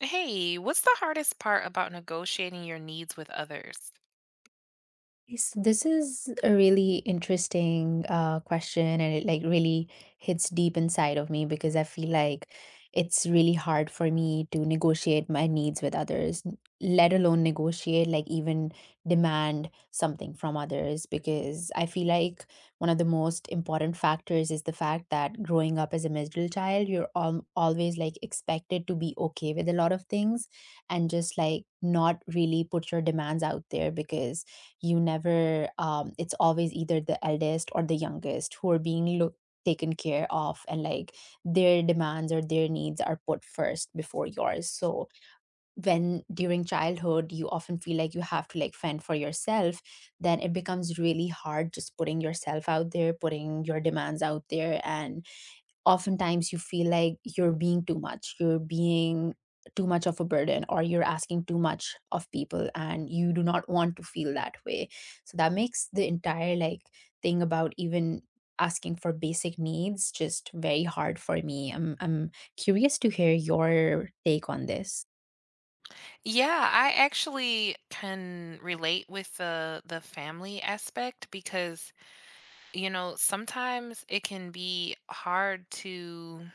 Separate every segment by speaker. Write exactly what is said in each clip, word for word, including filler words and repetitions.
Speaker 1: Hey, what's the hardest part about negotiating your needs with others?
Speaker 2: Yes, this is a really interesting uh, question, and it like really hits deep inside of me because I feel like it's really hard for me to negotiate my needs with others, n- let alone negotiate, like even demand something from others. Because I feel like one of the most important factors is the fact that growing up as a middle child, you're al- always like expected to be okay with a lot of things and just like not really put your demands out there because you never um it's always either the eldest or the youngest who are being looked taken care of and like their demands or their needs are put first before yours. So when during childhood you often feel like you have to like fend for yourself, then it becomes really hard just putting yourself out there, putting your demands out there, and oftentimes you feel like you're being too much, you're being too much of a burden or you're asking too much of people, and you do not want to feel that way. So that makes the entire like thing about even asking for basic needs just very hard for me. I'm i'm curious to hear your take on this.
Speaker 1: Yeah, I actually can relate with the the family aspect because, you know, sometimes it can be hard to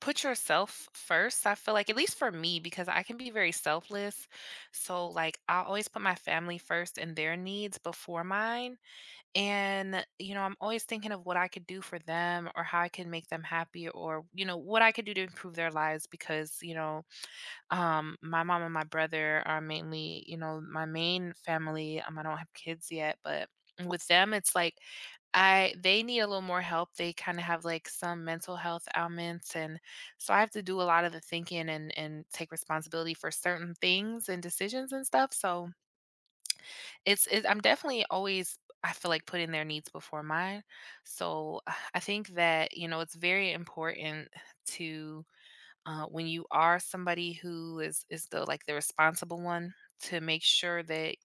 Speaker 1: put yourself first. I feel like at least for me because I can be very selfless. So like I always put my family first and their needs before mine. And, you know, I'm always thinking of what I could do for them or how I can make them happy or, you know, what I could do to improve their lives because, you know, um, my mom and my brother are mainly, you know, my main family. Um, I don't have kids yet, but with them, it's like I they need a little more help. They kind of have like some mental health ailments, and so I have to do a lot of the thinking and and take responsibility for certain things and decisions and stuff. So it's it I'm definitely always, I feel like, putting their needs before mine. So, uh, I think that, you know, it's very important to, uh, when you are somebody who is is the, like, the responsible one, to make sure that,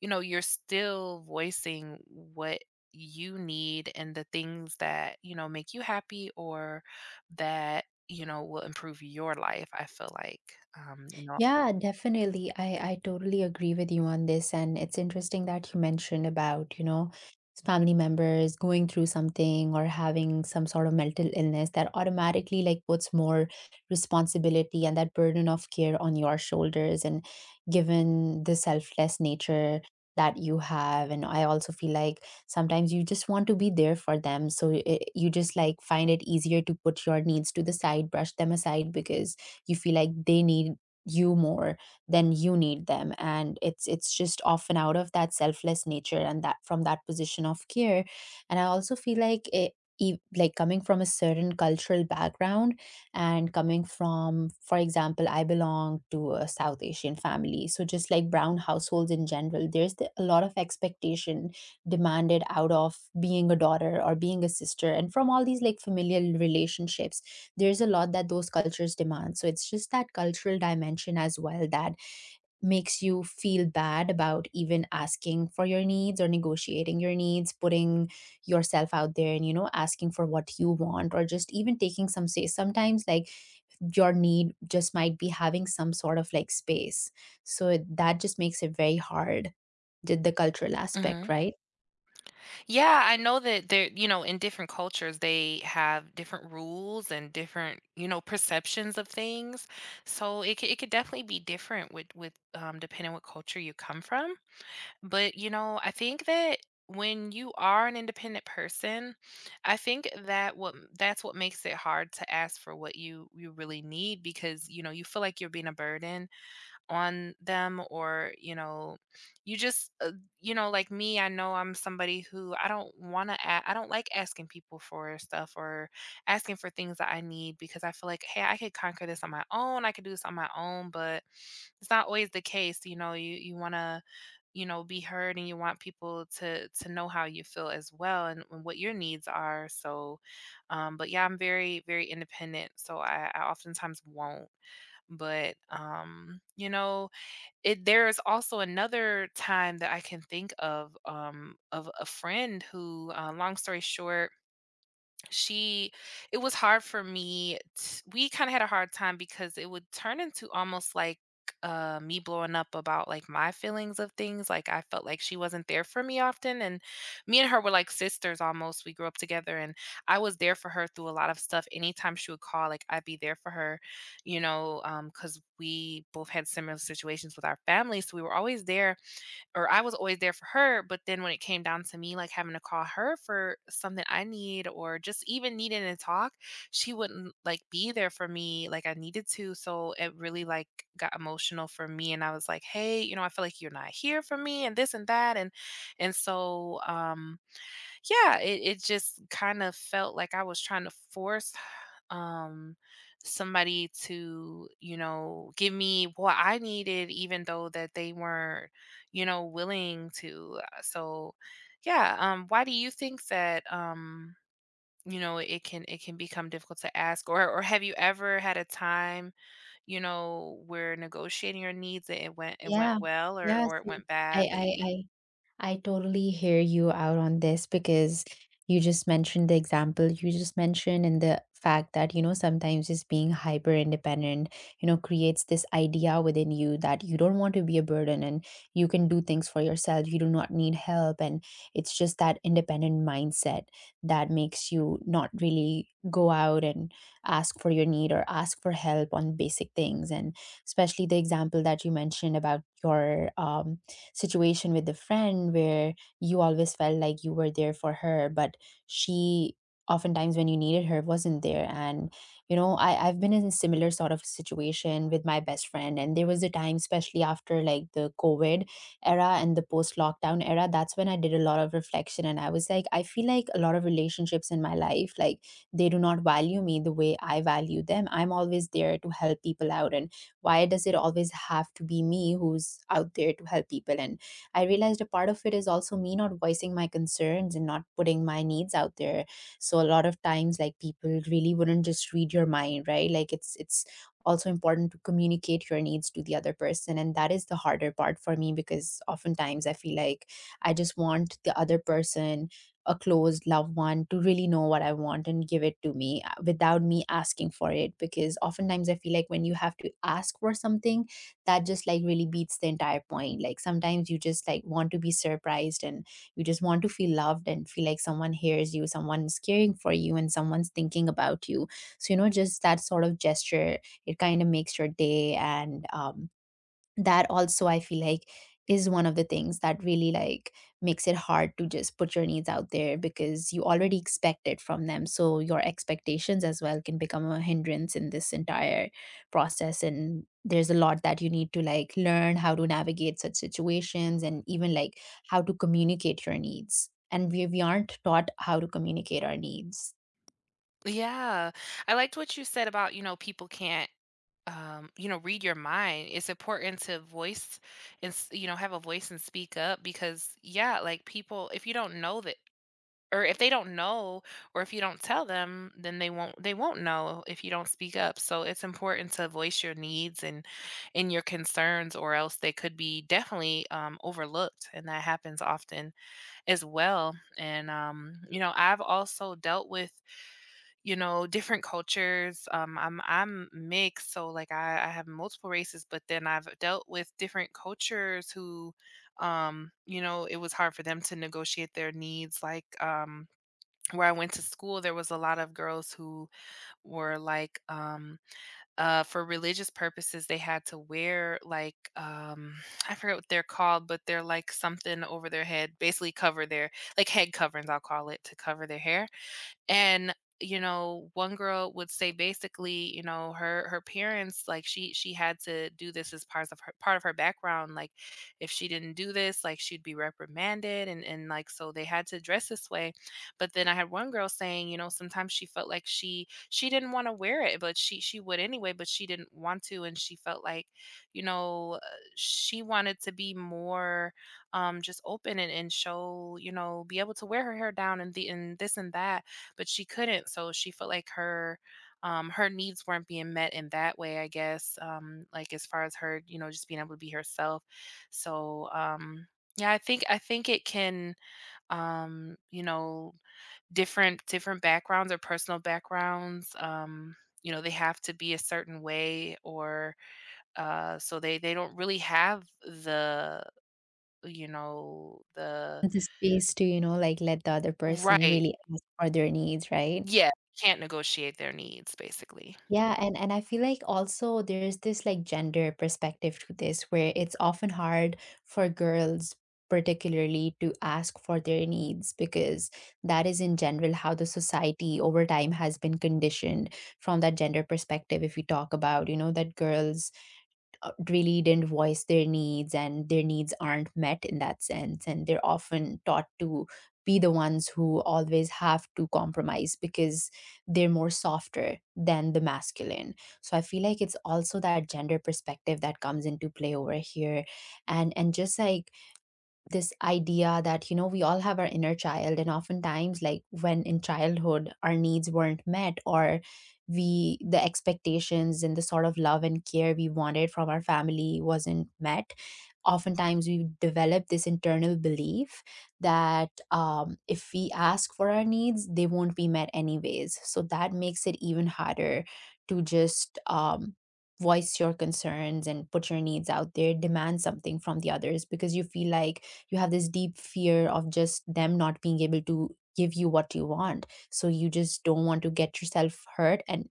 Speaker 1: you know, you're still voicing what you need and the things that, you know, make you happy or that, you know, will improve your life, I feel like, um, you know
Speaker 2: Yeah, definitely. I, I totally agree with you on this. And it's interesting that you mentioned about, you know, family members going through something or having some sort of mental illness that automatically like puts more responsibility and that burden of care on your shoulders. And given the selfless nature that you have, and I also feel like sometimes you just want to be there for them. So it, you just like find it easier to put your needs to the side, brush them aside because you feel like they need you more than you need them, and it's it's just often out of that selfless nature and that from that position of care. And I also feel like it e- like coming from a certain cultural background, and coming from, for example, I belong to a South Asian family, so just like brown households in general, there's the a lot of expectation demanded out of being a daughter or being a sister, and from all these like familial relationships there's a lot that those cultures demand. So it's just that cultural dimension as well that makes you feel bad about even asking for your needs or negotiating your needs, putting yourself out there and, you know, asking for what you want or just even taking some space. Sometimes, like, your need just might be having some sort of like space. So it- that just makes it very hard, did the cultural aspect,
Speaker 1: Mhm.
Speaker 2: right?
Speaker 1: Yeah, I know that they're you know, in different cultures, they have different rules and different, you know, perceptions of things. So it could, it could definitely be different with with um, depending what culture you come from. But you know, I think that when you are an independent person, I think that what that's what makes it hard to ask for what you you really need because you know you feel like you're being a burden on them or you know you just uh, you know like me, I know I'm somebody who I don't want to a- I don't like asking people for stuff or asking for things that I need because I feel like, hey, I could conquer this on my own, I could do this on my own, but it's not always the case. You know, you you want to you know be heard and you want people to to know how you feel as well, and, and what your needs are. So um but yeah, I'm very very independent, so i i oftentimes won't. But um you know, it there is also another time that I can think of, um, of a friend who, uh, long story short, she it was hard for me t- we kind of had a hard time because it would turn into almost like uh me blowing up about like my feelings of things. Like I felt like she wasn't there for me often, and me and her were like sisters almost. We grew up together and I was there for her through a lot of stuff. Anytime she would call, like I'd be there for her, you know. Um because we both had similar situations with our families, so we were always there, or I was always there for her. But then when it came down to me, like having to call her for something I need or just even needing to talk, she wouldn't like be there for me like I needed to. So it really like got emotional for me. And I was like, hey, you know, I feel like you're not here for me and this and that. And and so um yeah, it, it just kind of felt like I was trying to force um somebody to, you know, give me what I needed, even though that they weren't, you know, willing to. Uh, so yeah. Um why do you think that, um you know, it can, it can become difficult to ask? or or have you ever had a time, you know, where negotiating your needs and it went it
Speaker 2: Yeah.
Speaker 1: went well or
Speaker 2: Yeah.
Speaker 1: or it
Speaker 2: So
Speaker 1: went
Speaker 2: I, I,
Speaker 1: badly?
Speaker 2: I I totally hear you out on this because you just mentioned the example you just mentioned, and the fact that, you know, sometimes just being hyper independent, you know, creates this idea within you that you don't want to be a burden and you can do things for yourself. You do not need help. And it's just that independent mindset that makes you not really go out and ask for your need or ask for help on basic things. And especially the example that you mentioned about your um situation with the friend where you always felt like you were there for her, but she oftentimes when you needed her wasn't there. And you know, I, I've been in a similar sort of situation with my best friend, and there was a time, especially after like the COVID era and the post lockdown era, that's when I did a lot of reflection and I was like, I feel like a lot of relationships in my life, like, they do not value me the way I value them. I'm always there to help people out, and why does it always have to be me who's out there to help people? And I realized a part of it is also me not voicing my concerns and not putting my needs out there. So a lot of times, like, people really wouldn't just read your mind, right? Like, it's it's also important to communicate your needs to the other person, and that is the harder part for me because oftentimes I feel like I just want the other person, a close loved one, to really know what I want and give it to me uh, without me asking for it. Because oftentimes I feel like when you have to ask for something, that just like really beats the entire point. Like sometimes you just like want to be surprised and you just want to feel loved and feel like someone hears you, someone's caring for you, and someone's thinking about you. So, you know, just that sort of gesture, it kind of makes your day. And, um, that also I feel like is one of the things that really like makes it hard to just put your needs out there, because you already expect it from them, so your expectations as well can become a hindrance in this entire process. And there's a lot that you need to like learn how to navigate such situations and even like how to communicate your needs, and we, we aren't taught how to communicate our needs.
Speaker 1: Yeah, I liked what you said about, you know, people can't, um, you know, read your mind. It's important to voice and, s- you know, have a voice and speak up because, yeah, like people, if you don't know that, or if they don't know, or if you don't tell them, then they won't, they won't know if you don't speak up. So it's important to voice your needs and, and your concerns, or else they could be definitely, um, overlooked. And that happens often as well. And, um, you know, I've also dealt with, you know, different cultures. Um, I'm I'm mixed, so like I, I have multiple races, but then I've dealt with different cultures who, um, you know, it was hard for them to negotiate their needs. Like, um, where I went to school, there was a lot of girls who were like, um, uh, for religious purposes, they had to wear like, um, I forget what they're called, but they're like something over their head, basically cover their like head coverings, I'll call it, to cover their hair. And you know, one girl would say, basically, you know, her her parents, like she she had to do this as part of her, part of her background. Like if she didn't do this, like she'd be reprimanded, and and like so they had to dress this way. But then I had one girl saying, you know, sometimes she felt like she she didn't want to wear it, but she she would anyway, but she didn't want to. And she felt like, you know uh, she wanted to be more um just open, and, and show, you know, be able to wear her hair down and the and this and that, but she couldn't. So she felt like her, um, her needs weren't being met in that way, I guess. Um, like as far as her, you know, just being able to be herself. So um, yeah, I think I think it can, um, you know, different different backgrounds or personal backgrounds. Um, you know, they have to be a certain way, or uh, so they they don't really have the, you know the
Speaker 2: The space to, you know, like let the other person
Speaker 1: right.
Speaker 2: really ask for their needs, right?
Speaker 1: Yeah, can't negotiate their needs basically.
Speaker 2: Yeah, and and I feel like also there's this like gender perspective to this where it's often hard for girls particularly to ask for their needs, because that is in general how the society over time has been conditioned. From that gender perspective, if we talk about, you know, that girls uh, really didn't voice their needs and their needs aren't met in that sense, and they're often taught to be the ones who always have to compromise because they're more softer than the masculine. So I feel like it's also that gender perspective that comes into play over here. and and just like this idea that, you know, we all have our inner child, and oftentimes like when in childhood our needs weren't met, or we the expectations and the sort of love and care we wanted from our family wasn't met, oftentimes we develop this internal belief that um, if we ask for our needs they won't be met anyways, so that makes it even harder to just um, voice your concerns and put your needs out there, demand something from the others, because you feel like you have this deep fear of just them not being able to give you what you want, so you just don't want to get yourself hurt and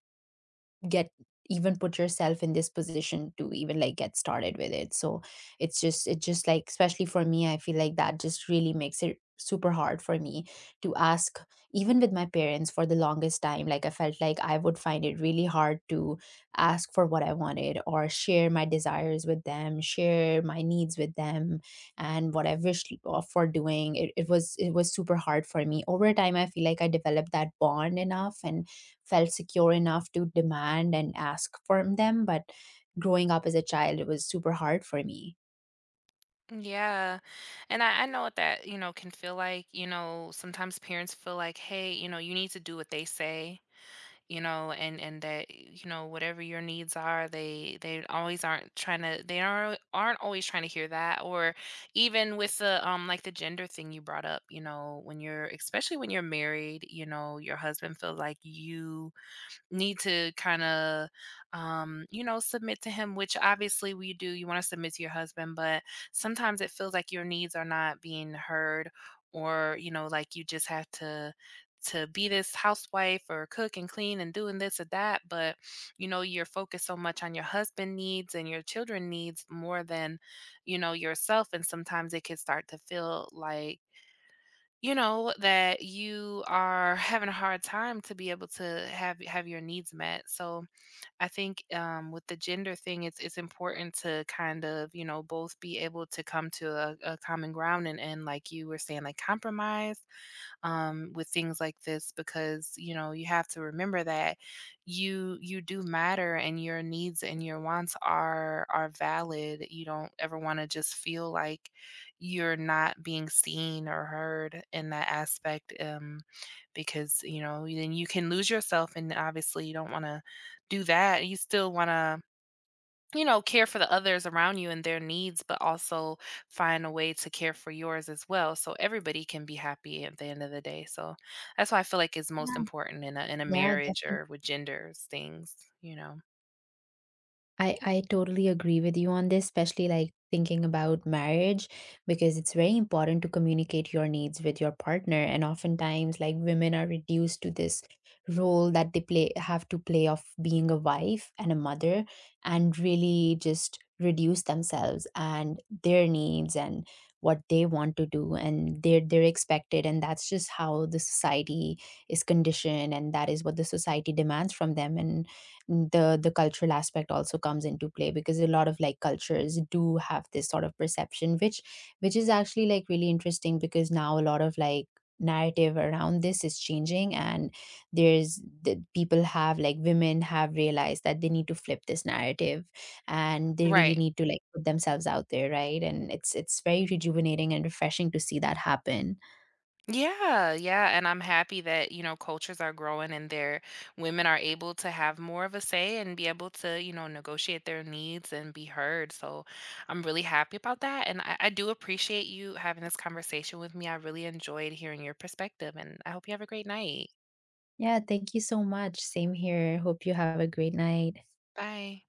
Speaker 2: get even put yourself in this position to even like get started with it. So it's just it just like especially for me, I feel like that just really makes it super hard for me to ask. Even with my parents, for the longest time, like, I felt like I would find it really hard to ask for what I wanted or share my desires with them, share my needs with them, and what I wish of- for doing it, it was it was super hard for me. Over time I feel like I developed that bond enough and felt secure enough to demand and ask from them. But growing up as a child, it was super hard for me.
Speaker 1: Yeah. And I, I know what that, you know, can feel like. You know, sometimes parents feel like, hey, you know, you need to do what they say, you know, and and that, you know, whatever your needs are, they they always aren't trying to, they aren't aren't always trying to hear that. Or even with the um like the gender thing you brought up, you know, when you're, especially when you're married, you know, your husband feels like you need to kind of, um you know, submit to him, which obviously we do, you want to submit to your husband, but sometimes it feels like your needs are not being heard, or you know, like you just have to to be this housewife or cook and clean and doing this or that. But you know, you're focused so much on your husband needs and your children needs more than, you know, yourself. And sometimes it can start to feel like, you know, that you are having a hard time to be able to have have your needs met. So I think, um, with the gender thing, it's it's important to kind of, you know, both be able to come to a, a common ground and and like you were saying, like compromise, um, with things like this, because you know, you have to remember that you you do matter and your needs and your wants are are valid. You don't ever want to just feel like you're not being seen or heard in that aspect, um, because you know, then you can lose yourself, and obviously you don't want to do that. You still want to, you know, care for the others around you and their needs, but also find a way to care for yours as well, so everybody can be happy at the end of the day. So that's why I feel like it's most
Speaker 2: Yeah.
Speaker 1: important in a in a
Speaker 2: Yeah,
Speaker 1: marriage or with genders things, you know.
Speaker 2: I, I totally agree with you on this, especially like thinking about marriage, because it's very important to communicate your needs with your partner. And oftentimes, like, women are reduced to this role that they play, have to play, of being a wife and a mother, and really just reduce themselves and their needs and what they want to do, and they're they're expected, and that's just how the society is conditioned and that is what the society demands from them. And the the cultural aspect also comes into play, because a lot of like cultures do have this sort of perception, which which is actually like really interesting, because now a lot of like narrative around this is changing, and there's the people have like women have realized that they need to flip this narrative and they really
Speaker 1: Right.
Speaker 2: need to like put themselves out there, right? And it's it's very rejuvenating and refreshing to see that happen.
Speaker 1: Yeah, yeah, and I'm happy that, you know, cultures are growing and their women are able to have more of a say and be able to, you know, negotiate their needs and be heard. So I'm really happy about that. And I, I do appreciate you having this conversation with me. I really enjoyed hearing your perspective, and I hope you have a great night.
Speaker 2: Yeah, thank you so much, same here, hope you have a great night.
Speaker 1: Bye.